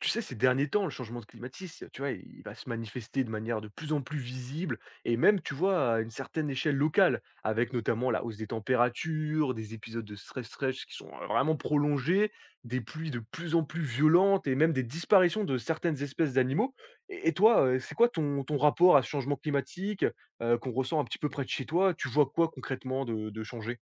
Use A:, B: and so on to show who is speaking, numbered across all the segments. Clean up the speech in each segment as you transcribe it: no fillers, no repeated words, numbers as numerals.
A: Tu sais, ces derniers temps, le changement de climatisme, tu vois, il va se manifester de manière de plus en plus visible et même, tu vois, à une certaine échelle locale, avec notamment la hausse des températures, des épisodes de stress qui sont vraiment prolongés, des pluies de plus en plus violentes et même des disparitions de certaines espèces d'animaux. Et toi, c'est quoi ton rapport à ce changement climatique qu'on ressent un petit peu près de chez toi. Tu vois quoi concrètement de changer?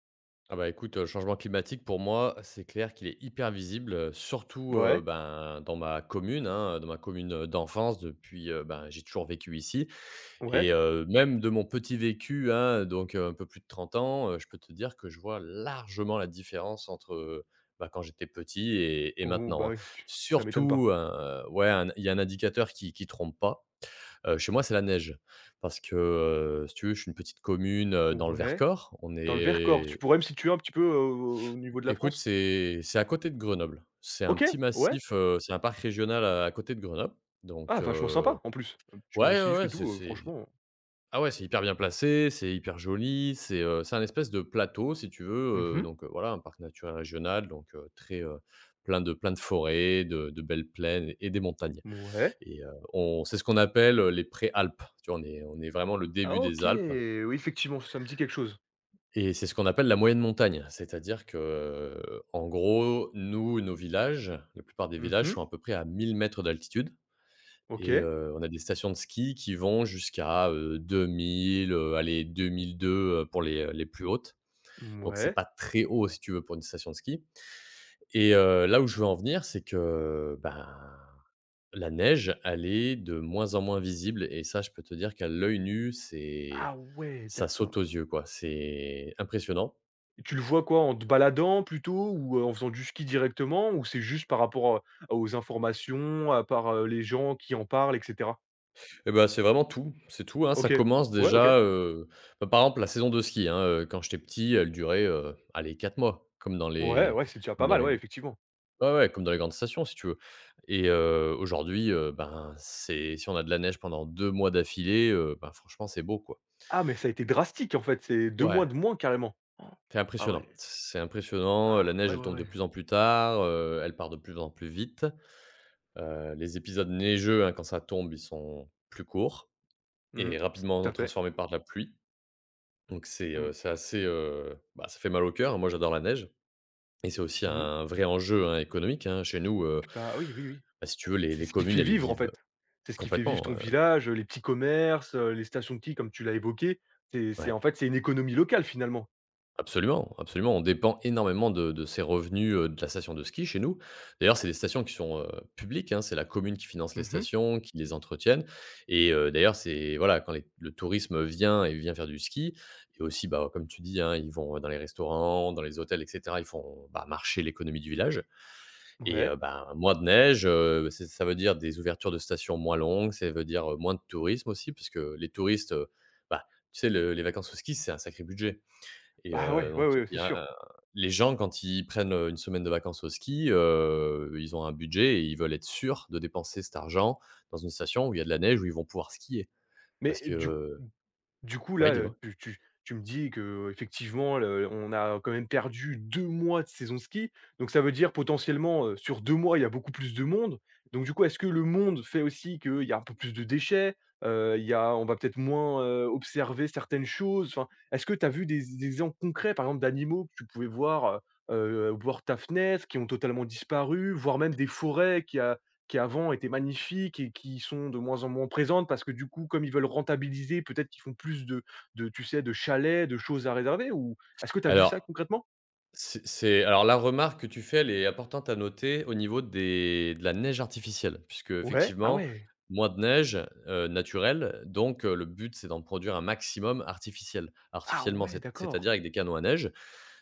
B: Ah bah écoute, changement climatique pour moi, c'est clair qu'il est hyper visible, surtout,
A: Ouais,
B: ben, dans ma commune, hein, dans ma commune, d'enfance depuis, ben, j'ai toujours vécu ici.
A: ouais.
B: Et même de mon petit vécu, hein, donc un peu plus de 30 ans, je peux te dire que je vois largement la différence entre, bah, quand j'étais petit et
A: Oh, bah
B: maintenant, hein.
A: oui, ça m'étonne pas.
B: Surtout, ouais, un il y a un indicateur qui trompe pas, chez moi, c'est la neige parce que, si tu veux, je suis une petite commune, dans le
A: Ouais.
B: Vercors. On
A: Dans le Vercors, tu
B: est.
A: pourrais me situer un petit peu, au niveau de la
B: Écoute,
A: France?
B: c'est à côté de Grenoble. C'est un
A: OK,
B: petit
A: ouais.
B: massif, c'est un parc régional à côté de Grenoble,
A: Ah
B: donc,
A: vachement sympa en plus. Tu m'as
B: ouais,
A: assis
B: ouais,
A: et
B: ouais.
A: tout,
B: C'est
A: franchement.
B: Ah ouais, c'est hyper bien placé, c'est hyper joli, c'est un espèce de plateau si tu
A: Mmh
B: veux,
A: mh.
B: donc voilà, un parc naturel régional, donc très, plein de forêts, de belles plaines et des montagnes.
A: Ouais.
B: Et on c'est ce qu'on appelle, les pré-Alpes. Tu vois? On est vraiment le
A: Ah
B: début des
A: OK,
B: Alpes.
A: oui effectivement, ça me dit quelque chose.
B: Et c'est ce qu'on appelle la moyenne montagne. C'est-à-dire que, en gros, nous, nos villages, la plupart des
A: Mmh
B: villages
A: mh.
B: sont à peu près à 1 000 mètres d'altitude et
A: OK.
B: on a des stations de ski qui vont jusqu'à, 2 000, allez 2002, pour les plus hautes. Donc c'est
A: Mouais.
B: pas très haut si tu veux pour une station de ski. Et là où je veux en venir, c'est que, ben, la neige, elle est de moins en moins visible et ça, je peux te dire qu'à l'œil nu, c'est
A: Ah ouais,
B: ça saute aux
A: d'accord.
B: yeux, quoi. C'est impressionnant.
A: Et tu le vois quoi? En te baladant plutôt ou, en faisant du ski directement, ou c'est juste par rapport, aux informations, à par, les gens qui en parlent et cetera?
B: Ben c'est vraiment tout, c'est tout, hein. Ça
A: OK.
B: commence
A: Ouais, OK.
B: déjà, bah, par exemple la saison de ski, hein, quand j'étais petit, elle durait, allez 4 mois
A: Ouais, ouais, c'est déjà pas
B: comme dans
A: mal,
B: les
A: ouais, effectivement.
B: ouais, ouais, comme dans les grandes stations si tu veux. Et aujourd'hui, ben, c'est si on a de la neige pendant 2 mois d'affilée, ben, franchement c'est beau quoi.
A: Ah mais ça a été drastique en fait, c'est 2 mois
B: Ouais,
A: de moins carrément. Oh,
B: c'est
A: ah ouais,
B: impressionnant. C'est impressionnant,
A: bah,
B: la neige
A: ouais,
B: elle
A: ouais,
B: tombe de
A: ouais.
B: plus en plus tard, elle part de plus en plus vite. Les épisodes neigeux, hein, quand ça tombe, ils sont plus courts
A: Mmh mh,
B: et
A: tout
B: rapidement
A: à fait.
B: transformés par de la pluie. Donc c'est,
A: Mmh.
B: heu, c'est assez, bah, ça fait mal au cœur, hein. Moi, j'adore la neige et c'est aussi
A: Mmh.
B: un vrai enjeu, hein, économique, hein. Chez nous,
A: Bah, oui, oui, oui.
B: bah, si tu veux, les
A: C'est
B: les
A: ce qui
B: communes,
A: fait
B: elles
A: vivre en
B: vivent
A: fait. C'est ce qui fait vivre
B: complètement,
A: ton village, les petits commerces, les stations de ski comme tu l'as évoqué. C'est
B: ouais,
A: en fait, c'est une économie locale finalement.
B: absolument, absolument. On dépend énormément de ces revenus, de la station de ski chez nous. D'ailleurs, c'est des stations qui sont, publiques, hein. C'est la commune qui finance les
A: Mmh.
B: stations, qui les entretiennent et d'ailleurs, c'est voilà, quand les le tourisme vient et vient faire du ski et aussi, bah, comme tu dis, hein, ils vont dans les restaurants, dans les hôtels et cetera. Ils font, bah, marcher l'économie du village. Et
A: Ouais.
B: bah, moins de neige, c'est ça veut dire des ouvertures de stations moins longues, ça veut dire, moins de tourisme aussi parce que les touristes, bah, tu sais le les vacances au ski, c'est un sacré budget et
A: Bah, ouais, ouais,
B: donc il
A: ouais, c'est
B: y
A: sûr.
B: a un- les gens quand ils prennent, 1 semaine de vacances au ski, ils ont un budget et ils veulent être sûrs de dépenser cet argent dans une station où il y a de la neige, où ils vont pouvoir skier parce
A: Mais du
B: que
A: Du coup,
B: ouais,
A: là,
B: dis-moi?
A: tu me dis qu'effectivement, le on a quand même perdu 2 mois de saison ski. Donc ça veut dire potentiellement, sur 2 mois, il y a beaucoup plus de monde. Donc du coup, est-ce que le monde fait aussi qu'il y a un peu plus de déchets? Il y a on va peut-être moins, observer certaines choses. Enfin, est-ce que tu as vu des exemples concrets, par exemple, d'animaux que tu pouvais voir, voir ta fenêtre, qui ont totalement disparu, voire même des forêts qui avant étaient magnifiques et qui sont de moins en moins présentes, parce que du coup, comme ils veulent rentabiliser, peut-être qu'ils font plus de tu sais, de chalets, de choses à réserver, ou est-ce que tu as vu ça
B: Alors.
A: concrètement?
B: C'est Alors la remarque que tu fais, elle est importante à noter au niveau des de la neige artificielle, puisque
A: Ouais, ah
B: effectivement,
A: ouais,
B: moins de neige, naturelle, donc le but, c'est d'en produire un maximum
A: ah
B: artificiellement,
A: ouais,
B: c'est-à-dire
A: d'accord.
B: avec des canons à neige.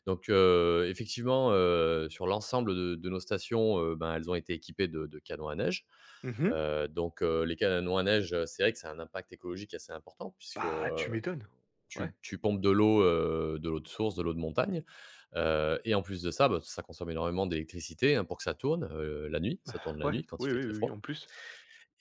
B: Donc, effectivement, sur l'ensemble de nos stations, ben, elles ont été équipées de canons à neige.
A: Mmh.
B: Donc, les canons à neige, c'est vrai que ça a un impact écologique assez important puisque,
A: Bah, tu m'étonnes. Ouais,
B: tu pompes de l'eau, de l'eau de source, de l'eau de montagne, et en plus de ça, bah, ça consomme énormément d'électricité, hein, pour que ça tourne, la nuit. Ça tourne la
A: ouais,
B: nuit quand il
A: oui,
B: fait
A: oui,
B: très
A: oui, oui,
B: froid.
A: en plus.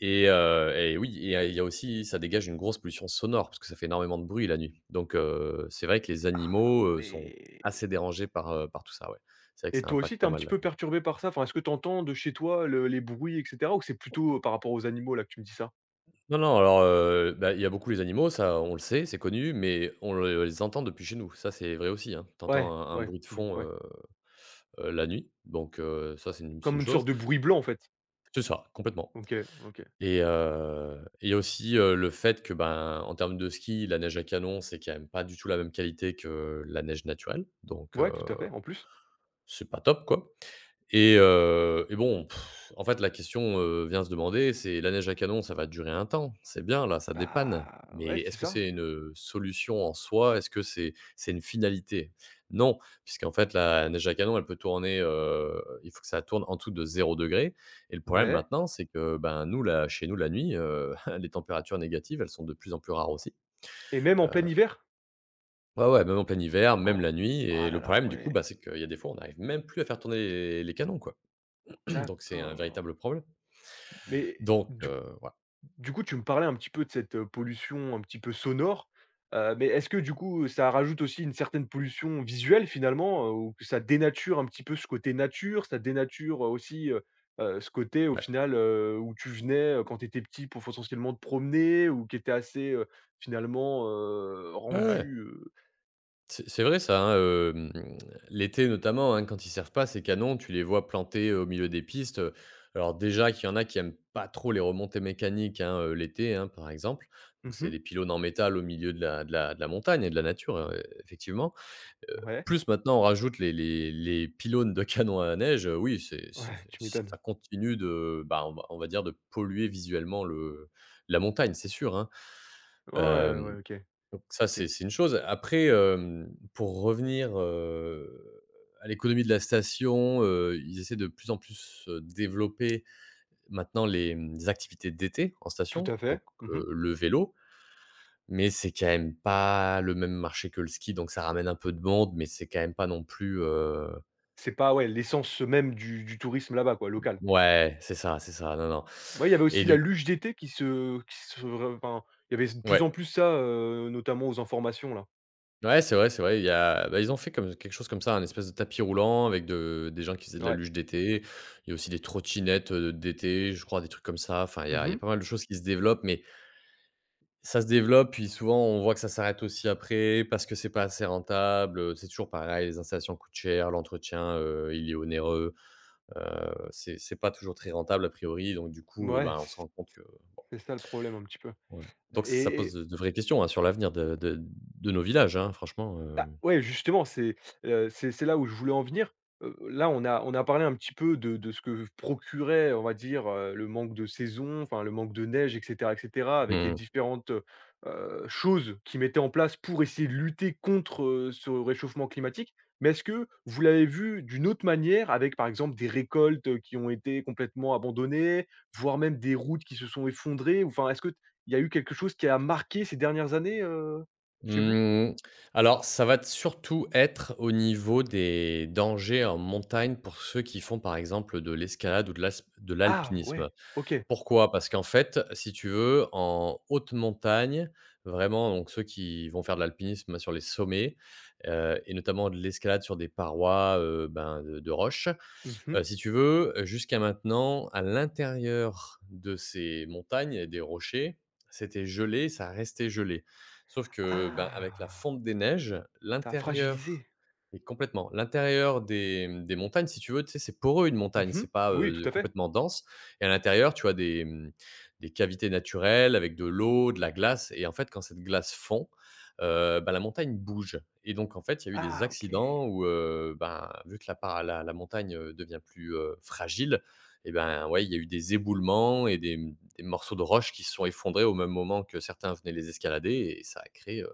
B: Et oui, il y a aussi ça dégage une grosse pollution sonore parce que ça fait énormément de bruit la nuit. Donc c'est vrai que les
A: Ah
B: animaux, sont assez
A: ouais!
B: dérangés par tout ça, ouais. C'est vrai que
A: Et
B: ça
A: toi aussi,
B: impacte
A: t'es
B: pas
A: un petit
B: mal.
A: peu perturbé par ça? Enfin, est-ce que t'entends de chez toi le les bruits et cetera, ou c'est plutôt par rapport aux animaux là que tu me dis ça?
B: Non, non, alors, bah, il y a beaucoup les animaux, ça on le sait, c'est connu, mais on le les entend depuis chez nous. Ça, c'est vrai aussi, hein. Tu un
A: Ouais,
B: un
A: ouais,
B: bruit de
A: tu me
B: fond,
A: ouais,
B: la nuit, donc ça, c'est
A: comme
B: une
A: une sorte
B: chose.
A: de bruit blanc en fait?
B: C'est ça, complètement.
A: OK, OK.
B: Et aussi, le fait que, ben, en termes de ski, la neige à canon, c'est quand même pas du tout la même qualité que la neige naturelle, donc
A: Ouais, tout à fait, en plus.
B: c'est pas top, quoi. Et bon, en fait, la question, vient se demander, c'est la neige à canon, ça va durer un temps, c'est bien là, ça dépanne,
A: Bah, ouais,
B: mais
A: c'est
B: est-ce que
A: ça.
B: c'est une solution en soi? Est-ce que c'est une finalité? Non, puisqu'en fait, la neige à canon, elle peut tourner, il faut que ça tourne en dessous de 0 degré. Et le problème
A: Ouais,
B: maintenant, c'est que, ben, nous, là, chez nous, la nuit, les températures négatives, elles sont de plus en plus rares aussi.
A: et même en plein hiver?
B: Ouais, ouais, même en plein hiver, même
A: Oh!
B: la nuit
A: Ah
B: et
A: là
B: le
A: là,
B: problème, du coup, bah,
A: ouais,
B: c'est qu'il y a des fois, on n'arrive même plus à faire tourner les canons, quoi. Donc c'est un
A: d'accord.
B: véritable problème.
A: Mais
B: Donc
A: du
B: voilà.
A: du coup, tu me parlais un petit peu de cette, pollution un petit peu sonore, mais est-ce que du coup, ça rajoute aussi une certaine pollution visuelle finalement, ou que ça dénature un petit peu ce côté nature, ça dénature, aussi, ce côté au
B: Ouais.
A: final, où tu venais, quand tu étais petit pour essentiellement te promener, ou qui était assez, finalement,
B: Ouais, ouais.
A: rendu,
B: C'est vrai ça, hein, l'été notamment, hein, quand ils servent pas ces canons, tu les vois plantés au milieu des pistes, alors déjà qu'il y en a qui aiment pas trop les remontées mécaniques, hein, l'été, hein, par exemple. Donc c'est
A: mmh
B: des pylônes en métal au milieu de la montagne et de la nature, effectivement.
A: ouais,
B: Plus maintenant on rajoute les pylônes de canons à neige, oui, c'est
A: ouais, tu m'étonnes.
B: ça continue de, bah, on va dire de polluer visuellement le la montagne, c'est sûr, hein.
A: Ouais, ouais, ouais,
B: Hem,
A: OK,
B: donc ça, c'est
A: OK.
B: c'est une chose. Après, pour revenir, à l'économie de la station, ils essaient de plus en plus, développer maintenant les activités d'été en
A: Tout
B: station,
A: à
B: donc
A: fait. Mmh.
B: le vélo, mais c'est quand même pas le même marché que le ski, donc ça ramène un peu de monde, mais c'est quand même pas non plus,
A: C'est pas, ouais, l'essence même du tourisme là-bas quoi, local.
B: ouais, c'est ça, non, non,
A: Ouais, il y avait
B: et
A: aussi la
B: du
A: luge d'été qui se enfin, il y avait de plus en
B: ouais.
A: plus ça, notamment aux informations là.
B: Ouais, c'est vrai, c'est vrai. Il y a Bah, ils ont fait comme quelque chose comme ça, un espèce de tapis roulant avec de des gens qui faisaient de la
A: Ouais.
B: luge d'été. Il y a aussi des trottinettes, d'été, je crois, des trucs comme ça. Enfin, il y a
A: Mhm.
B: pas mal de choses qui se développent, mais ça se développe, puis souvent, on voit que ça s'arrête aussi après parce que c'est pas assez rentable, c'est toujours pareil, les installations coûtent cher, l'entretien, il est onéreux, c'est pas toujours très rentable a priori, donc du coup,
A: Ouais, Mouais,
B: ben, on se rend compte que
A: c'est ça le problème un petit peu
B: ouais. Donc ça pose
A: et
B: de vraies questions, hein, sur l'avenir de nos villages, hein, franchement.
A: Ah, ouais, justement, c'est là où je voulais en venir. Là, on a parlé un petit peu de ce que procurait, on va dire, le manque de saison, enfin le manque de neige et cetera, avec les
B: Mmh.
A: différentes, choses qu'ils mettaient en place pour essayer de lutter contre, ce réchauffement climatique. Mais est-ce que vous l'avez vu d'une autre manière, avec, par exemple, des récoltes qui ont été complètement abandonnées, voire même des routes qui se sont effondrées? Enfin, est-ce qu'il y a eu quelque chose qui a marqué ces dernières années, chez vous?
B: Mmh, alors ça va t surtout être au niveau des dangers en montagne pour ceux qui font, par exemple, de l'escalade ou de l'asp de
A: Ah ouais,
B: l'alpinisme.
A: OK.
B: Pourquoi? Parce qu'en fait, si tu veux, en haute montagne, vraiment donc ceux qui vont faire de l'alpinisme sur les sommets, et notamment de l'escalade sur des parois, ben, de roches.
A: Mmh.
B: Si tu veux, jusqu'à maintenant, à l'intérieur de ces montagnes et des rochers, c'était gelé, ça restait gelé. Sauf que, ben, avec la
A: Ah!
B: fonte des neiges,
A: Ça a
B: l'intérieur
A: fragilisé.
B: est complètement, l'intérieur des, des montagnes, si tu veux, tu sais, c'est poreux une montagne,
A: Mmh.
B: c'est pas,
A: Oui, tout à fait.
B: complètement dense et à l'intérieur, tu as des, des cavités naturelles avec de l'eau, de la glace et en fait, quand cette glace fond, bah, la montagne bouge et donc en fait, il y a eu des
A: Ah OK.
B: accidents où, ben, vu que la pa la la montagne, devient plus, fragile et ben, ouais, il y a eu des éboulements et des, des morceaux de roches qui se sont effondrés au même moment que certains venaient les escalader et ça a créé,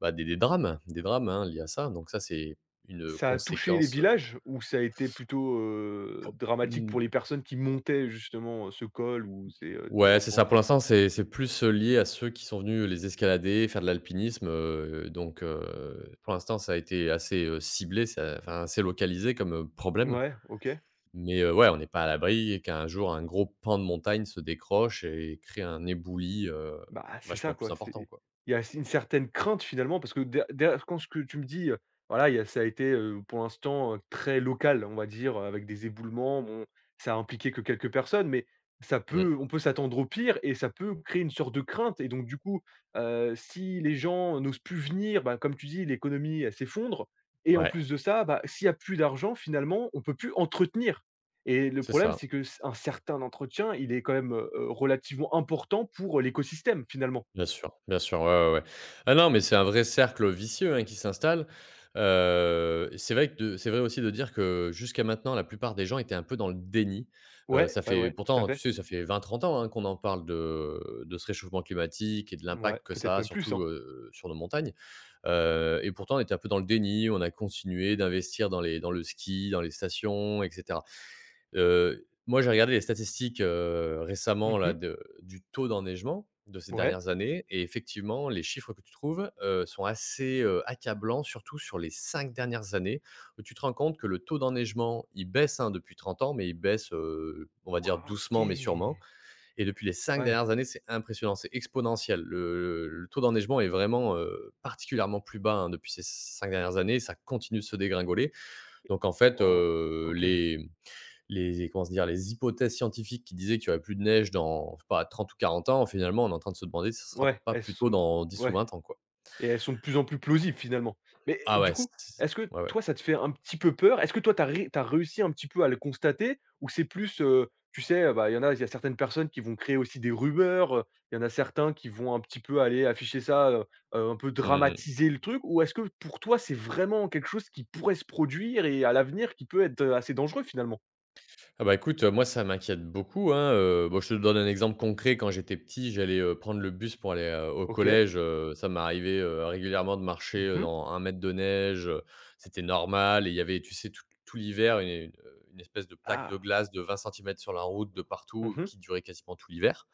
B: bah, des drames, des drames, hein, liés à ça. Donc ça, c'est une
A: Ça a touché les
B: conséquence,
A: villages, ou ça a été plutôt, dramatique pour les personnes qui montaient justement, ce col ou ces, 10
B: ouais, c'est
A: repas
B: ça. Pour
A: entre ch
B: l'instant, c'est plus, lié à ceux qui sont venus les escalader, faire de l'alpinisme, donc pour l'instant, ça a été assez, ciblé, ça enfin, assez localisé comme, problème.
A: ouais, OK.
B: Mais ouais, on n'est pas à l'abri qu'un jour, un gros pan de montagne se décroche et crée un éboulis,
A: Bah, c'est ça
B: vachement plus
A: quoi, c'est
B: important, quoi.
A: il y a une certaine crainte finalement, parce que derrière, quand ce que tu me dis, voilà, il y a ça a été, pour l'instant, très local, on va dire, avec des éboulements. Bon, ça a impliqué que quelques personnes, mais ça
B: Mmh.
A: peut on peut s'attendre au pire et ça peut créer une sorte de crainte, et donc du coup, si les gens n'osent plus venir, bah, comme tu dis, l'économie, elle s'effondre, et en
B: Ouais,
A: plus de ça, bah, s'il y a plus d'argent finalement, on peut plus entretenir, et le
B: c'est
A: problème,
B: ça.
A: c'est que c un certain entretien, il est quand même, relativement important pour l'écosystème, finalement.
B: Bien sûr, ouais, ouais, ouais. Ah non, mais c'est un vrai cercle vicieux, hein, qui s'installe. C'est vrai aussi de dire que jusqu'à maintenant, la plupart des gens étaient un peu dans le déni.
A: Ouais,
B: Ça
A: ouais,
B: fait
A: ouais, tout à
B: pourtant, tu
A: fait.
B: sais, ça fait 20, 30 ans, hein, qu'on en parle de ce réchauffement climatique et de
A: Ouais,
B: l'impact que
A: peut-être
B: ça a
A: même plus,
B: surtout,
A: hein.
B: sur nos montagnes. Et pourtant, on était un peu dans le déni, on a continué d'investir dans les dans le ski, dans les stations et cetera. Moi, j'ai regardé les statistiques, récemment là
A: Mmh.
B: de du taux d'enneigement de ces
A: Ouais.
B: dernières années et effectivement, les chiffres que tu trouves, sont assez, accablants, surtout sur les 5 dernières années, où tu te rends compte que le taux d'enneigement, il baisse, hein, depuis 30 ans, mais il baisse, on va dire
A: Waouh, OK.
B: doucement mais sûrement et depuis les cinq
A: Ouais.
B: dernières années, c'est impressionnant, c'est exponentiel. Le taux d'enneigement est vraiment, particulièrement plus bas, hein, depuis ces 5 dernières années, ça continue de se dégringoler donc en fait,
A: Oh, OK.
B: les comment se dire? Les hypothèses scientifiques qui disaient qu'il y aurait plus de neige dans, je sais pas, 30 ou 40 ans, finalement, on est en train de se demander si ce sera
A: Ouais,
B: pas
A: elles
B: plutôt
A: sont
B: dans 10 ou
A: ouais.
B: 20 ans, quoi.
A: Et elles sont de plus en plus plausibles finalement. Mais
B: Ah
A: du
B: ouais, c
A: coup, est-ce que
B: ouais, ouais.
A: toi ça te fait un petit peu peur? Est-ce que toi tu as réussi un petit peu à le constater? Ou c'est plus, tu sais, bah, il y a certaines personnes qui vont créer aussi des rumeurs, il y en a certains qui vont un petit peu aller afficher ça, un peu
B: Mmh mh.
A: dramatiser le truc? Ou est-ce que pour toi c'est vraiment quelque chose qui pourrait se produire, et à l'avenir, qui peut être, assez dangereux finalement?
B: Ah bah, écoute, moi ça m'inquiète beaucoup, hein, bon, je te donne un exemple concret. Quand j'étais petit, j'allais, prendre le bus pour aller, au
A: OK.
B: collège, ça m'est arrivé, régulièrement de marcher,
A: Mmh.
B: dans un mètre de neige, c'était normal et il y avait, tu sais, tout tout l'hiver, une espèce de plaque de
A: Ah.
B: glace de 20 centimètres sur la route de partout,
A: Mmh.
B: qui durait quasiment tout l'hiver.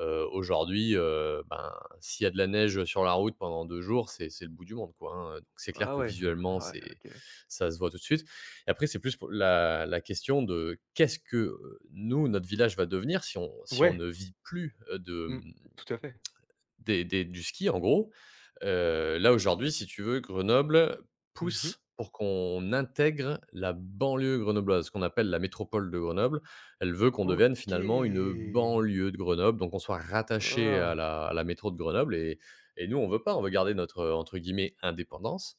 B: Aujourd'hui, ben, s'il y a de la neige, sur la route pendant 2 jours, c'est le bout du monde, quoi, hein, donc c'est clair
A: Ah
B: que
A: ouais.
B: visuellement,
A: Ouais,
B: c'est
A: OK.
B: ça se voit tout de suite et après, c'est plus pour la question de qu'est-ce que, nous, notre village va devenir si on si on
A: Ouais.
B: ne vit plus, de
A: Mmh. Tout à fait.
B: des du ski en gros. Là aujourd'hui, si tu veux, Grenoble
A: Mmh.
B: pousse pour qu'on intègre la banlieue grenobloise, qu'on appelle la métropole de Grenoble. Elle veut qu'on devienne finalement une
A: OK.
B: banlieue de Grenoble, donc on soit rattaché à
A: Ah,
B: la métro de Grenoble et nous on veut pas, on veut garder notre, entre guillemets «indépendance»,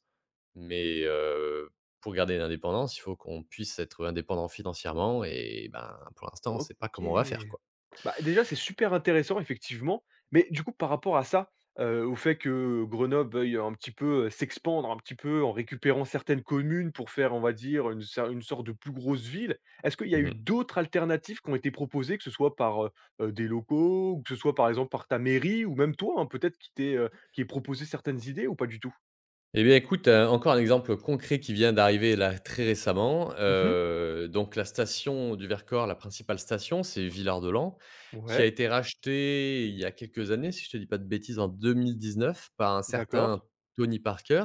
B: mais pour garder l'indépendance, il faut qu'on puisse être indépendant financièrement et ben, pour l'instant, on sait pas comment on va faire,
A: OK.
B: quoi.
A: Bah, déjà, c'est super intéressant effectivement, mais du coup par rapport à ça, au fait que Grenoble veuille un petit peu, s'expandre un petit peu en récupérant certaines communes pour faire, on va dire, une sorte de plus grosse ville. Est-ce qu'il y a eu
B: Mmh.
A: d'autres alternatives qui ont été proposées, que ce soit par, des locaux, ou que ce soit par exemple par ta mairie, ou même toi, hein, peut-être qui t'ait, qui ait proposé certaines idées, ou pas du tout?
B: Eh bien, écoute, encore un exemple concret qui vient d'arriver là, très récemment.
A: Mmh.
B: Donc la station du Vercors, la principale station, c'est Villard-de-Lans, qui a
A: Ouais,
B: été rachetée il y a quelques années, si je te dis pas de bêtises, en 2019 par un certain
A: d'accord.
B: Tony Parker,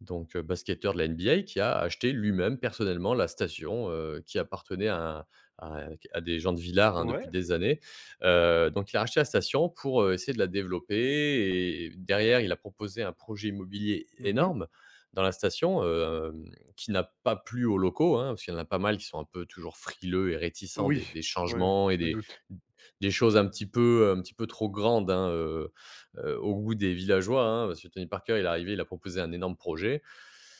B: donc basketteur de la NBA, qui a acheté lui-même personnellement la station, qui appartenait à à à des gens de Villard hein, depuis
A: Ouais.
B: des années. Donc il a racheté la station pour, essayer de la développer et derrière, il a proposé un projet immobilier
A: Mmh.
B: énorme dans la station, qui n'a pas plu aux locaux, hein, parce qu'il y en a pas mal qui sont un peu toujours frileux et réticents des
A: Oui,
B: des
A: ouais,
B: changements et
A: je me
B: des
A: doute.
B: choses un petit peu trop grandes, hein, au goût des villageois, hein. Parce que Tony Parker, il est arrivé, il a proposé un énorme projet.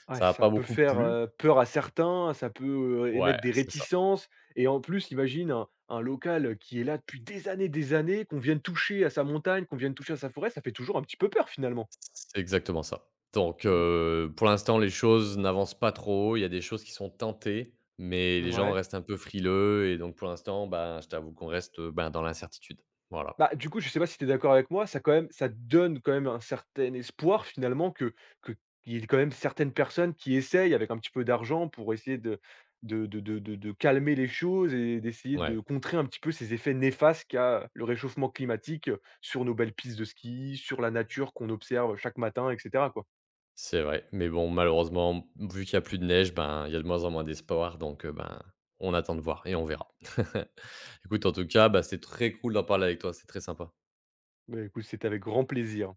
A: Ouais,
B: Ça n'a
A: ça
B: pas
A: peut
B: beaucoup
A: faire,
B: plu.
A: peur à certains, ça peut,
B: Ouais,
A: émettre des
B: c'est ça.
A: réticences, et en plus, imagine un local, qui est là depuis des années, qu'on vienne toucher à sa montagne, qu'on vienne toucher à sa forêt, ça fait toujours un petit peu peur finalement.
B: C'est exactement ça. Donc,
A: Mmh,
B: pour l'instant, les choses n'avancent pas trop. Il y a des choses qui sont tentées, mais les gens
A: ouais.
B: restent un peu frileux et donc pour l'instant, ben, je t'avoue qu'on reste, ben, dans l'incertitude. Voilà.
A: Bah, du coup, je sais pas si tu es d'accord avec moi, ça quand même ça donne quand même un certain espoir finalement que qu'il y ait quand même certaines personnes qui essayent avec un petit peu d'argent pour essayer de calmer les choses et d'essayer de
B: Ouais,
A: contrer un petit peu ces effets néfastes qu'a le réchauffement climatique sur nos belles pistes de ski, sur la nature qu'on observe chaque matin et cetera, quoi.
B: c'est vrai. Mais bon, malheureusement, vu qu'il y a plus de neige, ben, il y a de moins en moins d'espoir donc, ben, on attend de voir et on verra. Écoute, en tout cas, bah, c'est très cool d'en parler avec toi. C'est très sympa.
A: Bah, écoute, c'était avec grand plaisir.